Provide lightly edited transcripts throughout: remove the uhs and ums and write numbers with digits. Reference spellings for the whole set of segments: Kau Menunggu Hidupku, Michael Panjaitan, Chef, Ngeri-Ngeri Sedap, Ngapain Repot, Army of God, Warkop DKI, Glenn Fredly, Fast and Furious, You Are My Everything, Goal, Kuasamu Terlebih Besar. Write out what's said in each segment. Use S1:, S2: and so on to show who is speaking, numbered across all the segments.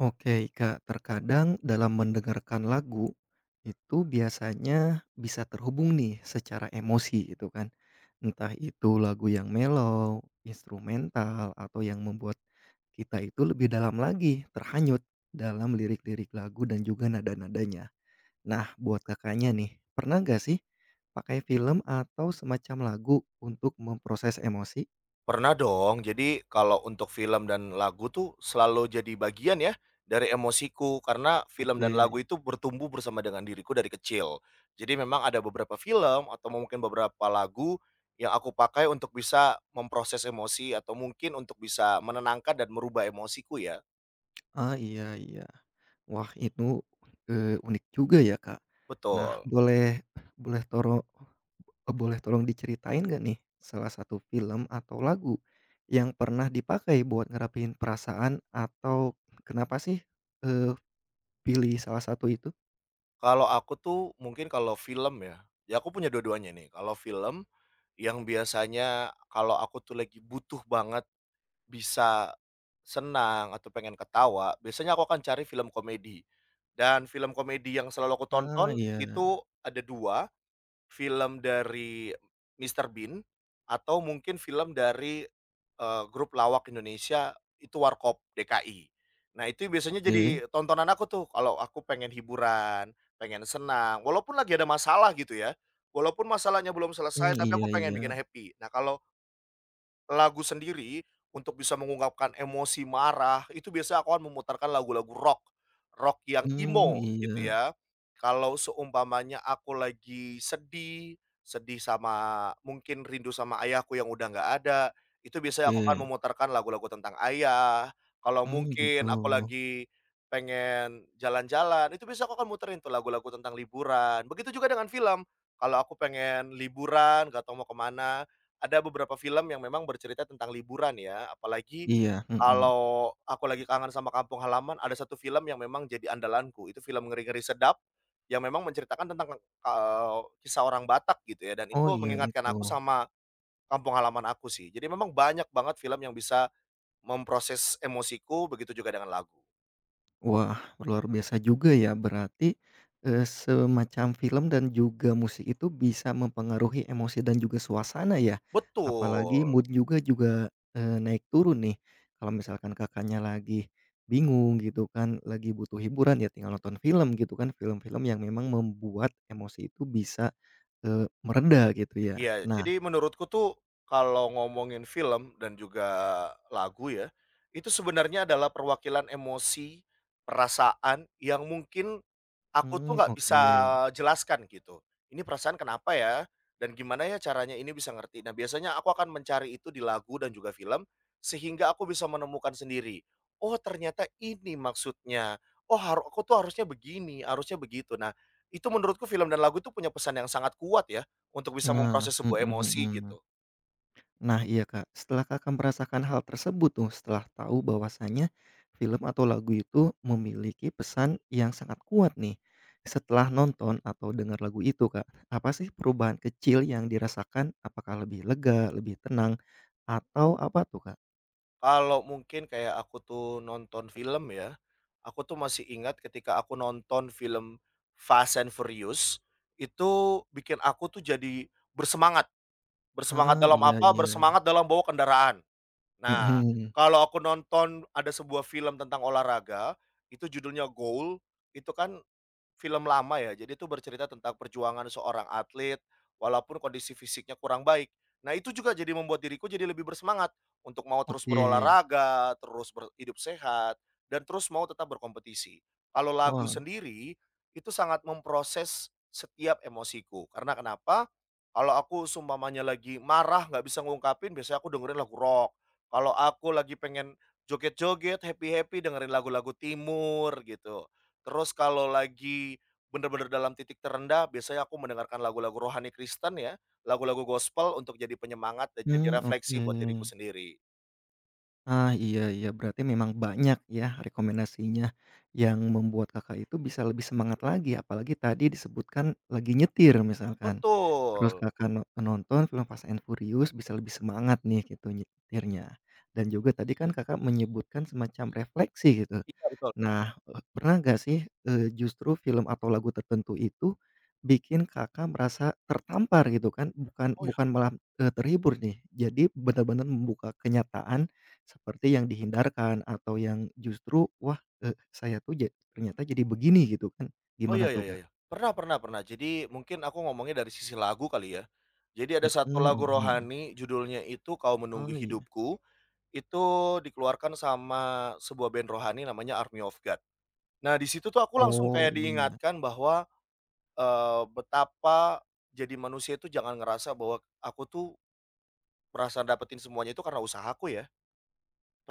S1: Oke, Kak, terkadang dalam mendengarkan lagu itu biasanya bisa terhubung nih secara emosi gitu kan. Entah itu lagu yang mellow, instrumental atau yang membuat kita itu lebih dalam lagi, terhanyut dalam lirik-lirik lagu dan juga nada-nadanya. Nah, buat Kakaknya nih, pernah nggak sih pakai film atau semacam lagu untuk memproses emosi?
S2: Pernah dong, jadi kalau untuk film dan lagu tuh selalu jadi bagian ya dari emosiku, karena film dan lagu
S1: Oke.
S2: itu bertumbuh bersama dengan diriku dari kecil. Jadi memang ada beberapa film atau mungkin beberapa lagu yang aku pakai untuk bisa memproses emosi atau mungkin untuk bisa menenangkan dan merubah emosiku ya.
S1: Ah, iya iya. Wah, itu, unik juga ya, Kak. Nah,
S2: Betul.
S1: boleh boleh toro eh, boleh tolong diceritain nggak nih salah satu film atau lagu yang pernah dipakai buat ngerapihin perasaan atau kenapa sih, eee, pilih salah satu itu?
S2: Kalau aku tuh mungkin kalau film ya, ya aku punya dua-duanya nih. Kalau film yang biasanya kalau aku tuh lagi butuh banget bisa senang atau pengen ketawa, biasanya aku akan cari film komedi. Dan film komedi yang selalu aku
S1: Ah,
S2: tonton
S1: iya.
S2: itu ada 2 film dari Mr. Bean atau mungkin film dari, grup lawak Indonesia itu Warkop DKI. Nah, itu biasanya
S1: Oke.
S2: jadi tontonan aku tuh kalau aku pengen hiburan, pengen senang, walaupun lagi ada masalah gitu ya, walaupun masalahnya belum
S1: Hmm,
S2: selesai tapi aku
S1: iya
S2: pengen
S1: iya.
S2: bikin happy. Nah, kalau lagu sendiri untuk bisa mengungkapkan emosi marah, itu biasanya aku akan memutarkan lagu-lagu rock, rock yang
S1: Hmm,
S2: emo
S1: iya.
S2: gitu ya. Kalau seumpamanya aku lagi sedih, sedih sama mungkin rindu sama ayahku yang udah nggak ada, itu biasanya aku akan
S1: Oke.
S2: memutarkan lagu-lagu tentang ayah. Kalau
S1: Hmm, gitu.
S2: mungkin aku lagi pengen jalan-jalan, itu biasanya aku akan muterin tuh lagu-lagu tentang liburan. Begitu juga dengan film, kalau aku pengen liburan, nggak tahu mau ke mana, ada beberapa film yang memang bercerita tentang liburan ya, apalagi
S1: Iya, mhm.
S2: kalau aku lagi kangen sama kampung halaman, ada satu film yang memang jadi andalanku, itu film Ngeri-Ngeri Sedap, yang memang menceritakan tentang, kisah orang Batak gitu ya, dan
S1: Oh,
S2: itu
S1: iya
S2: mengingatkan
S1: itu.
S2: aku sama kampung halaman aku sih. Jadi memang banyak banget film yang bisa memproses emosiku, begitu juga dengan lagu.
S1: Wah, luar biasa juga ya. Berarti, semacam film dan juga musik itu bisa mempengaruhi emosi dan juga suasana ya? Apalagi
S2: Betul.
S1: mood juga juga, naik turun nih. Kalau misalkan Kakaknya lagi bingung gitu kan, lagi butuh hiburan ya tinggal nonton film gitu kan, film-film yang memang membuat emosi itu bisa, mereda gitu ya.
S2: Iya,
S1: Nah,
S2: jadi menurutku tuh kalau ngomongin film dan juga lagu ya, itu sebenarnya adalah perwakilan emosi, perasaan yang mungkin aku tuh
S1: mmm,
S2: nggak bisa
S1: oke.
S2: jelaskan gitu, ini perasaan kenapa ya, dan gimana ya caranya ini bisa ngerti. Nah, biasanya aku akan mencari itu di lagu dan juga film, sehingga aku bisa menemukan sendiri, "Oh ternyata ini maksudnya, oh aku tuh harusnya begini, harusnya begitu." Nah, itu menurutku film dan lagu itu punya pesan yang sangat kuat ya, untuk bisa
S1: Nah,
S2: memproses sebuah
S1: mhm
S2: emosi
S1: mhm.
S2: gitu.
S1: Nah iya Kak, setelah Kakak merasakan hal tersebut tuh, setelah tahu bahwasannya film atau lagu itu memiliki pesan yang sangat kuat nih, setelah nonton atau dengar lagu itu Kak, apa sih perubahan kecil yang dirasakan? Apakah lebih lega, lebih tenang, atau apa tuh Kak?
S2: Kalau mungkin kayak aku tuh nonton film ya, aku tuh masih ingat ketika aku nonton film Fast and Furious, itu bikin aku tuh jadi bersemangat. Bersemangat oh,
S1: Ah,
S2: dalam
S1: iya
S2: apa?
S1: iya.
S2: Bersemangat dalam bawa kendaraan. Nah,
S1: Mhm.
S2: kalau aku nonton ada sebuah film tentang olahraga, itu judulnya Goal, itu kan film lama ya, jadi itu bercerita tentang perjuangan seorang atlet, walaupun kondisi fisiknya kurang baik. Nah itu juga jadi membuat diriku jadi lebih bersemangat, untuk mau terus
S1: Oke.
S2: berolahraga, terus ber hidup sehat, dan terus mau tetap berkompetisi. Kalau lagu
S1: Wah.
S2: sendiri, itu sangat memproses setiap emosiku, karena kenapa, kalau aku seumpamanya lagi marah nggak bisa ngungkapin, biasanya aku dengerin lagu rock. Kalau aku lagi pengen joget-joget, happy-happy dengerin lagu-lagu timur gitu. Terus kalau lagi bener-bener dalam titik terendah, biasanya aku mendengarkan lagu-lagu rohani Kristen ya, lagu-lagu gospel untuk jadi penyemangat dan
S1: Hmm,
S2: jadi
S1: oke.
S2: refleksi buat diriku sendiri.
S1: Ah, iya iya, berarti memang banyak ya rekomendasinya yang membuat Kakak itu bisa lebih semangat lagi, apalagi tadi disebutkan lagi nyetir misalkan, terus
S2: Betul.
S1: Kakak no nonton film Fast& and Furious bisa lebih semangat nih gitu nyetirnya, dan juga tadi kan Kakak menyebutkan semacam refleksi gitu.
S2: Iya betul.
S1: Nah, pernah nggak sih, justru film atau lagu tertentu itu bikin Kakak merasa tertampar gitu kan, bukan
S2: Oh ya,
S1: bukan malah, terhibur nih. Jadi benar-benar membuka kenyataan seperti yang dihindarkan atau yang justru, "Wah, saya tuh ternyata jadi begini," gitu kan.
S2: oh
S1: Gimana
S2: ya ya
S1: tuh,
S2: ya
S1: Kak?
S2: ya. Pernah pernah pernah. Jadi mungkin aku ngomongnya dari sisi lagu kali ya. Jadi ada satu
S1: Mhm
S2: lagu
S1: mhm.
S2: rohani judulnya itu Kau
S1: Oh
S2: Menunggu
S1: iya.
S2: Hidupku, itu dikeluarkan sama sebuah band rohani namanya Army of God. Nah, di situ tuh aku langsung
S1: Oh
S2: kayak
S1: iya.
S2: diingatkan bahwa betapa jadi manusia itu jangan ngerasa bahwa aku tuh merasa dapetin semuanya itu karena usahaku ya.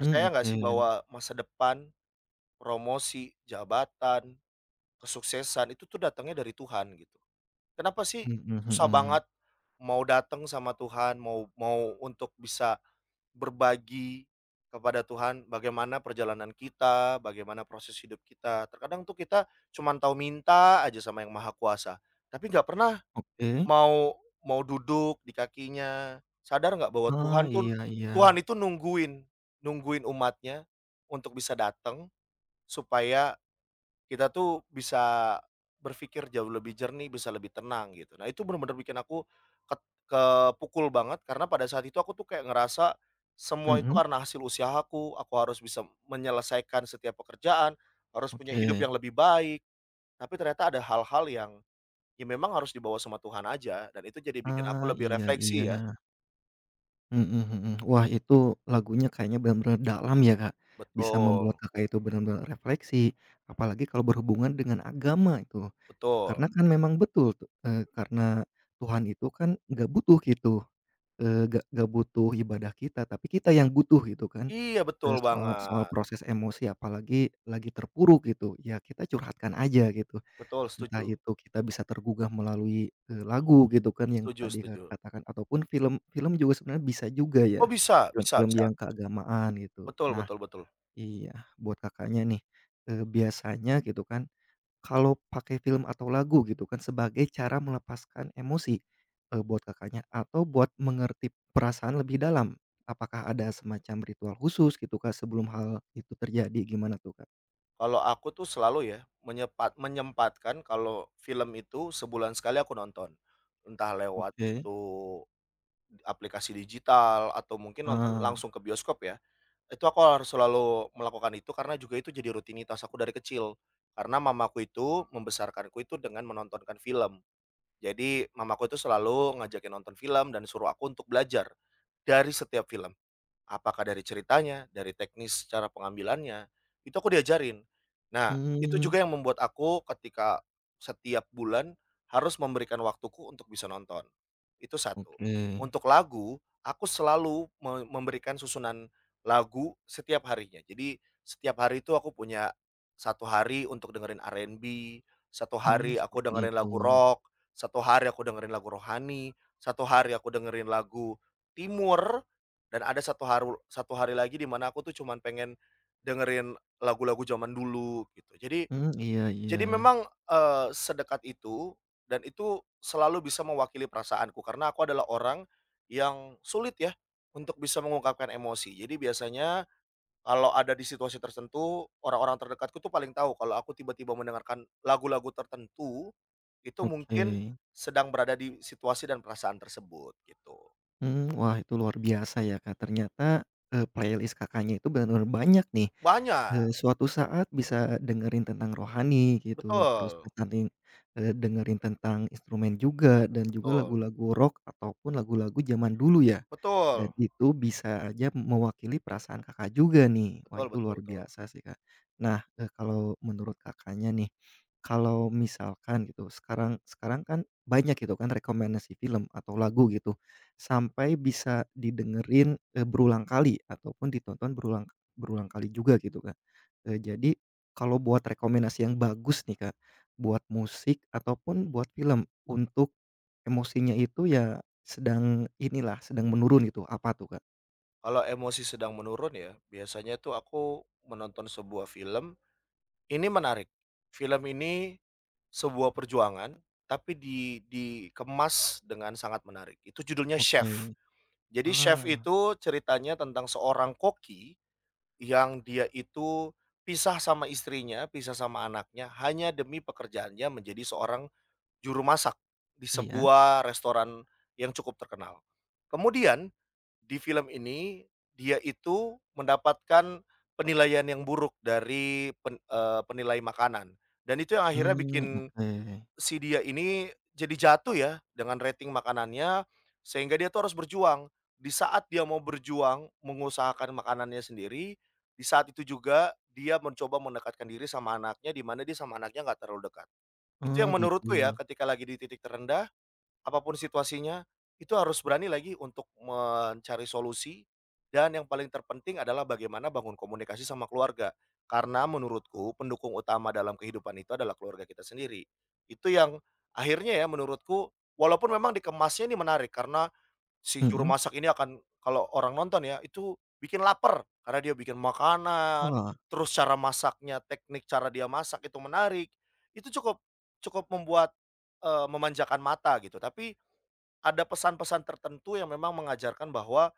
S1: Mmm,
S2: nggak
S1: oke.
S2: sih bahwa masa depan, promosi, jabatan, kesuksesan itu tuh datangnya dari Tuhan gitu. Kenapa sih
S1: Mhm
S2: susah
S1: mhm.
S2: banget mau datang sama Tuhan, mau mau untuk bisa berbagi kepada Tuhan bagaimana perjalanan kita, bagaimana proses hidup kita. Terkadang tuh kita cuman tahu minta aja sama Yang Maha Kuasa, tapi nggak pernah
S1: Oke.
S2: Mau mau duduk di kakinya, sadar nggak bahwa
S1: Ah,
S2: Tuhan tuh
S1: iya iya.
S2: Tuhan itu nungguin nungguin umatnya untuk bisa datang, supaya kita tuh bisa berpikir jauh lebih jernih, bisa lebih tenang gitu. Nah itu bener-bener bikin aku ket kepukul banget karena pada saat itu aku tuh kayak ngerasa, semua itu
S1: Mhm,
S2: karena hasil usahaku, aku harus bisa menyelesaikan setiap pekerjaan, harus punya hidup
S1: oke.
S2: yang lebih baik, tapi ternyata ada hal-hal yang ya memang harus dibawa sama Tuhan aja, dan itu jadi bikin aku
S1: Ah,
S2: lebih
S1: iya
S2: refleksi ya.
S1: iya. Mhm mhm. Wah itu lagunya kayaknya benar-benar dalam ya, Kak, bisa membuat
S2: Betul,
S1: Kakak itu benar-benar refleksi, apalagi kalau berhubungan dengan agama itu.
S2: betul.
S1: Karena kan memang betul tu karena Tuhan itu kan nggak butuh gitu, nggak butuh ibadah kita, tapi kita yang butuh gitu kan,
S2: Iya betul
S1: soal soal
S2: banget.
S1: proses emosi apalagi lagi terpuruk gitu, ya kita curhatkan aja gitu.
S2: Betul,
S1: Entah
S2: setuju.
S1: itu kita bisa tergugah melalui, lagu gitu kan yang
S2: Setuju
S1: tadi Kakak
S2: setuju.
S1: katakan ataupun film film juga sebenarnya bisa juga ya,
S2: Oh bisa bisa
S1: film-film
S2: bisa.
S1: yang keagamaan gitu.
S2: Betul
S1: Nah
S2: betul betul.
S1: iya, buat Kakaknya nih, biasanya gitu kan kalau pakai film atau lagu gitu kan sebagai cara melepaskan emosi, buat Kakaknya atau buat mengerti perasaan lebih dalam, apakah ada semacam ritual khusus gitu Kak sebelum hal itu terjadi? Gimana tuh Kak?
S2: Kalau aku tuh selalu ya, menyempatkan kalau film itu sebulan sekali aku nonton. Entah lewat
S1: Oke.
S2: itu aplikasi digital atau mungkin nonton
S1: Ah.
S2: langsung ke bioskop ya. Itu aku harus selalu melakukan itu karena juga itu jadi rutinitas aku dari kecil. Karena mamaku itu membesarkanku itu dengan menontonkan film. Jadi mamaku itu selalu ngajakin nonton film dan suruh aku untuk belajar dari setiap film. Apakah dari ceritanya, dari teknis cara pengambilannya, itu aku diajarin. Nah, itu
S1: Mmm,
S2: juga yang membuat aku ketika setiap bulan harus memberikan waktuku untuk bisa nonton, itu satu.
S1: oke.
S2: Untuk lagu, aku selalu memberikan susunan lagu setiap harinya. Jadi setiap hari itu aku punya satu hari untuk dengerin R&B, satu
S1: Mmm,
S2: hari aku
S1: seperti
S2: dengerin
S1: itu.
S2: lagu rock, satu hari aku dengerin lagu rohani, satu hari aku dengerin lagu timur. Dan ada satu hari lagi di mana aku tuh cuman pengen dengerin lagu-lagu zaman dulu gitu. Jadi
S1: Mmm, iya iya.
S2: jadi memang, sedekat itu dan itu selalu bisa mewakili perasaanku karena aku adalah orang yang sulit ya untuk bisa mengungkapkan emosi. Jadi biasanya kalau ada di situasi tertentu, orang-orang terdekatku tuh paling tahu kalau aku tiba-tiba mendengarkan lagu-lagu tertentu, itu
S1: Oke.
S2: mungkin sedang berada di situasi dan perasaan tersebut gitu.
S1: Mmm, wah itu luar biasa ya Kak, ternyata, playlist Kakaknya itu benar-benar banyak nih,
S2: Banyak,
S1: suatu saat bisa dengerin tentang rohani gitu, terus
S2: betul,
S1: nanti, dengerin tentang instrumen juga, dan juga
S2: betul.
S1: lagu-lagu rock ataupun lagu-lagu zaman dulu ya, dan
S2: Betul,
S1: itu bisa aja mewakili perasaan Kakak juga nih, wah
S2: betul
S1: itu
S2: betul
S1: luar
S2: betul.
S1: biasa sih Kak. Nah, kalau menurut Kakaknya nih, kalau misalkan gitu sekarang sekarang kan banyak gitu kan rekomendasi film atau lagu gitu, sampai bisa didengerin, berulang kali ataupun ditonton berulang berulang kali juga gitu, Kak. Jadi kalau buat rekomendasi yang bagus nih, Kak, buat musik ataupun buat film untuk emosinya itu ya sedang inilah, sedang menurun gitu, apa tuh, Kak?
S2: Kalau emosi sedang menurun ya, biasanya tuh aku menonton sebuah film, ini menarik. Film ini sebuah perjuangan, tapi dikemas dengan sangat menarik. Itu judulnya Chef.
S1: Oke.
S2: Jadi Chef
S1: Ah,
S2: itu ceritanya tentang seorang koki yang dia itu pisah sama istrinya, pisah sama anaknya hanya demi pekerjaannya menjadi seorang juru masak di
S1: iya.
S2: sebuah restoran yang cukup terkenal. Kemudian di film ini, dia itu mendapatkan penilaian yang buruk dari penilai makanan dan itu yang akhirnya
S1: Mmm,
S2: bikin
S1: oke.
S2: si dia ini jadi jatuh ya dengan rating makanannya, sehingga dia tuh harus berjuang. Di saat dia mau berjuang mengusahakan makanannya sendiri, di saat itu juga dia mencoba mendekatkan diri sama anaknya, di mana dia sama anaknya nggak terlalu dekat. Itu
S1: Oh,
S2: yang
S1: gitu.
S2: menurutku ya ketika lagi di titik terendah apapun situasinya, itu harus berani lagi untuk mencari solusi, dan yang paling terpenting adalah bagaimana bangun komunikasi sama keluarga. Karena menurutku pendukung utama dalam kehidupan itu adalah keluarga kita sendiri. Itu yang akhirnya ya menurutku, walaupun memang dikemasnya ini menarik karena si juru
S1: Mhm.
S2: masak ini akan kalau orang nonton ya, itu bikin lapar karena dia bikin makanan,
S1: Wah.
S2: terus cara masaknya, teknik cara dia masak itu menarik. Itu cukup cukup membuat, memanjakan mata gitu. Tapi ada pesan-pesan tertentu yang memang mengajarkan bahwa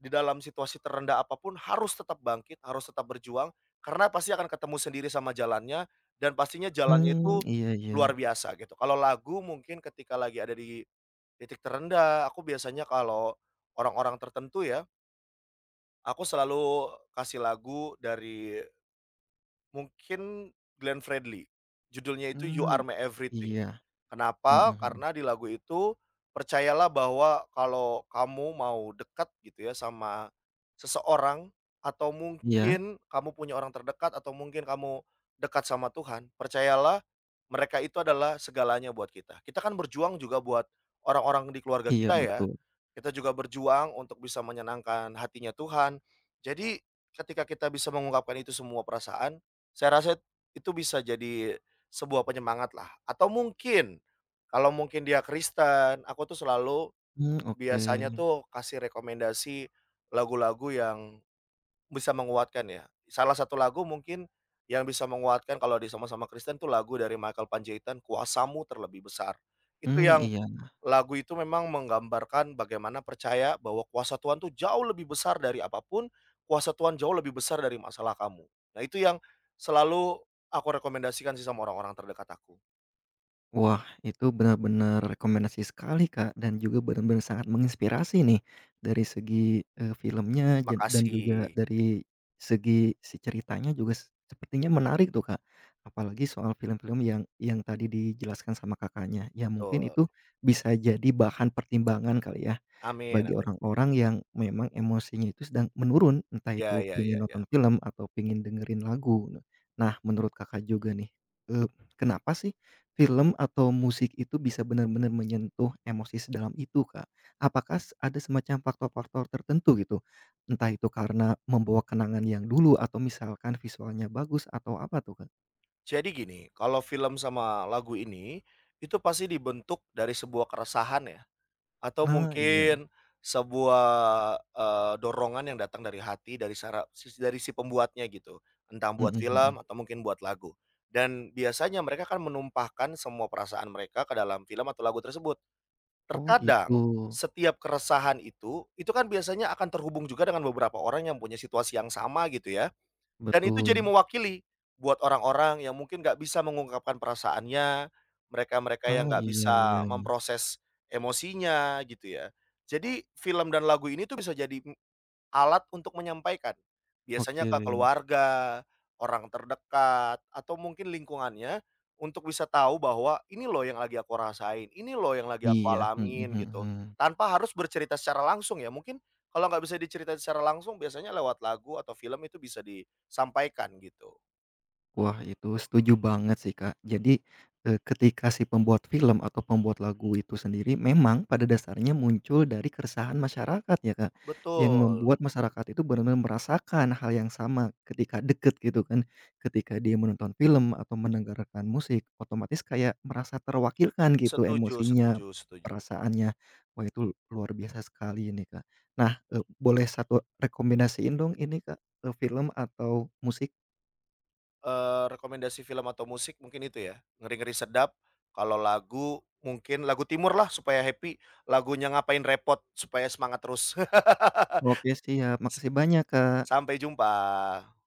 S2: di dalam situasi terendah apapun harus tetap bangkit, harus tetap berjuang, karena pasti akan ketemu sendiri sama jalannya dan pastinya jalannya
S1: Mmm,
S2: itu
S1: iya iya.
S2: luar biasa gitu. Kalau lagu mungkin ketika lagi ada di titik terendah, aku biasanya kalau orang-orang tertentu ya, aku selalu kasih lagu dari mungkin Glenn Fredly. Judulnya itu You
S1: Mmm,
S2: Are My Everything.
S1: iya. Mhm
S2: Kenapa?
S1: mhm.
S2: Karena di lagu itu, percayalah bahwa kalau kamu mau dekat gitu ya sama seseorang atau
S1: Iya?
S2: mungkin kamu punya orang terdekat atau mungkin kamu dekat sama Tuhan, percayalah mereka itu adalah segalanya buat kita. Kita kan berjuang juga buat orang-orang di keluarga
S1: Iya,
S2: kita ya.
S1: betul.
S2: Kita juga berjuang untuk bisa menyenangkan hatinya Tuhan. Jadi ketika kita bisa mengungkapkan itu semua perasaan, saya rasa itu bisa jadi sebuah penyemangat lah, atau mungkin kalau mungkin dia Kristen, aku tuh selalu
S1: Mmm, oke.
S2: biasanya tuh kasih rekomendasi lagu-lagu yang bisa menguatkan ya. Salah satu lagu mungkin yang bisa menguatkan kalau di sama-sama Kristen tuh lagu dari Michael Panjaitan, "Kuasamu Terlebih Besar." Itu
S1: Mmm,
S2: yang
S1: iya.
S2: lagu itu memang menggambarkan bagaimana percaya bahwa kuasa Tuhan tuh jauh lebih besar dari apapun kuasa Tuhan jauh lebih besar dari masalah kamu. Nah itu yang selalu aku rekomendasikan sih sama orang-orang terdekat aku.
S1: Wah, itu benar-benar rekomendasi sekali, Kak, dan juga benar-benar sangat menginspirasi nih dari segi, filmnya dan juga
S2: Makasih,
S1: dari segi ceritanya juga sepertinya menarik tuh, Kak. Apalagi soal film-film yang tadi dijelaskan sama Kakaknya. Ya mungkin
S2: betul.
S1: itu bisa jadi bahan pertimbangan kali ya.
S2: Amin
S1: Bagi
S2: amin.
S1: orang-orang yang memang emosinya itu sedang menurun, entah
S2: Ya
S1: itu
S2: ya ya
S1: pingin
S2: ya.
S1: nonton film atau pingin dengerin lagu. Nah, menurut Kakak juga nih, eee, kenapa sih film atau musik itu bisa benar-benar menyentuh emosi sedalam itu, Kak? Apakah ada semacam faktor-faktor tertentu gitu? Entah itu karena membawa kenangan yang dulu atau misalkan visualnya bagus atau apa tuh, Kak?
S2: Jadi gini, kalau film sama lagu ini, itu pasti dibentuk dari sebuah keresahan ya, atau
S1: Ah, iya.
S2: mungkin sebuah, dorongan yang datang dari hati, dari sara sis dari si pembuatnya gitu, entah
S1: Mhm
S2: buat film
S1: mhm.
S2: atau mungkin buat lagu. Dan biasanya mereka akan menumpahkan semua perasaan mereka ke dalam film atau lagu tersebut.
S1: Oh
S2: Terkadang
S1: gitu.
S2: setiap keresahan itu kan biasanya akan terhubung juga dengan beberapa orang yang punya situasi yang sama gitu ya. Dan itu jadi
S1: Betul.
S2: mewakili buat orang-orang yang mungkin nggak bisa mengungkapkan perasaannya, mereka-mereka
S1: Ah,
S2: yang nggak
S1: iya iya
S2: bisa
S1: iya.
S2: memproses emosinya gitu ya. Jadi film dan lagu ini tuh bisa jadi alat untuk menyampaikan. Biasanya
S1: Oke.
S2: ke keluarga, orang terdekat, atau mungkin lingkungannya untuk bisa tahu bahwa, "Ini loh yang lagi aku rasain, ini loh yang lagi aku
S1: Iya, mhm
S2: alamin,"
S1: mhm.
S2: gitu.
S1: Mhm.
S2: Tanpa harus bercerita secara langsung ya, mungkin kalau nggak bisa diceritain secara langsung biasanya lewat lagu atau film itu bisa disampaikan gitu.
S1: Wah, itu setuju banget sih, Kak. Jadi, ketika si pembuat film atau pembuat lagu itu sendiri memang pada dasarnya muncul dari keresahan masyarakat ya, Kak, yang
S2: Betul,
S1: membuat masyarakat itu benar-benar merasakan hal yang sama ketika deket gitu kan. Ketika dia menonton film atau mendengarkan musik, otomatis kayak merasa terwakilkan gitu
S2: setuju
S1: emosinya,
S2: setuju setuju.
S1: perasaannya. Wah, itu luar biasa sekali ini, Kak. Nah, boleh satu rekomendasiin dong ini, Kak, film atau musik?
S2: Rekomendasi film atau musik mungkin itu ya, Ngeri-Ngeri Sedap, kalau lagu mungkin lagu timur lah supaya happy, lagunya Ngapain Repot supaya semangat terus.
S1: Oke siap,
S2: S
S1: makasih banyak, Kak.
S2: sampai jumpa.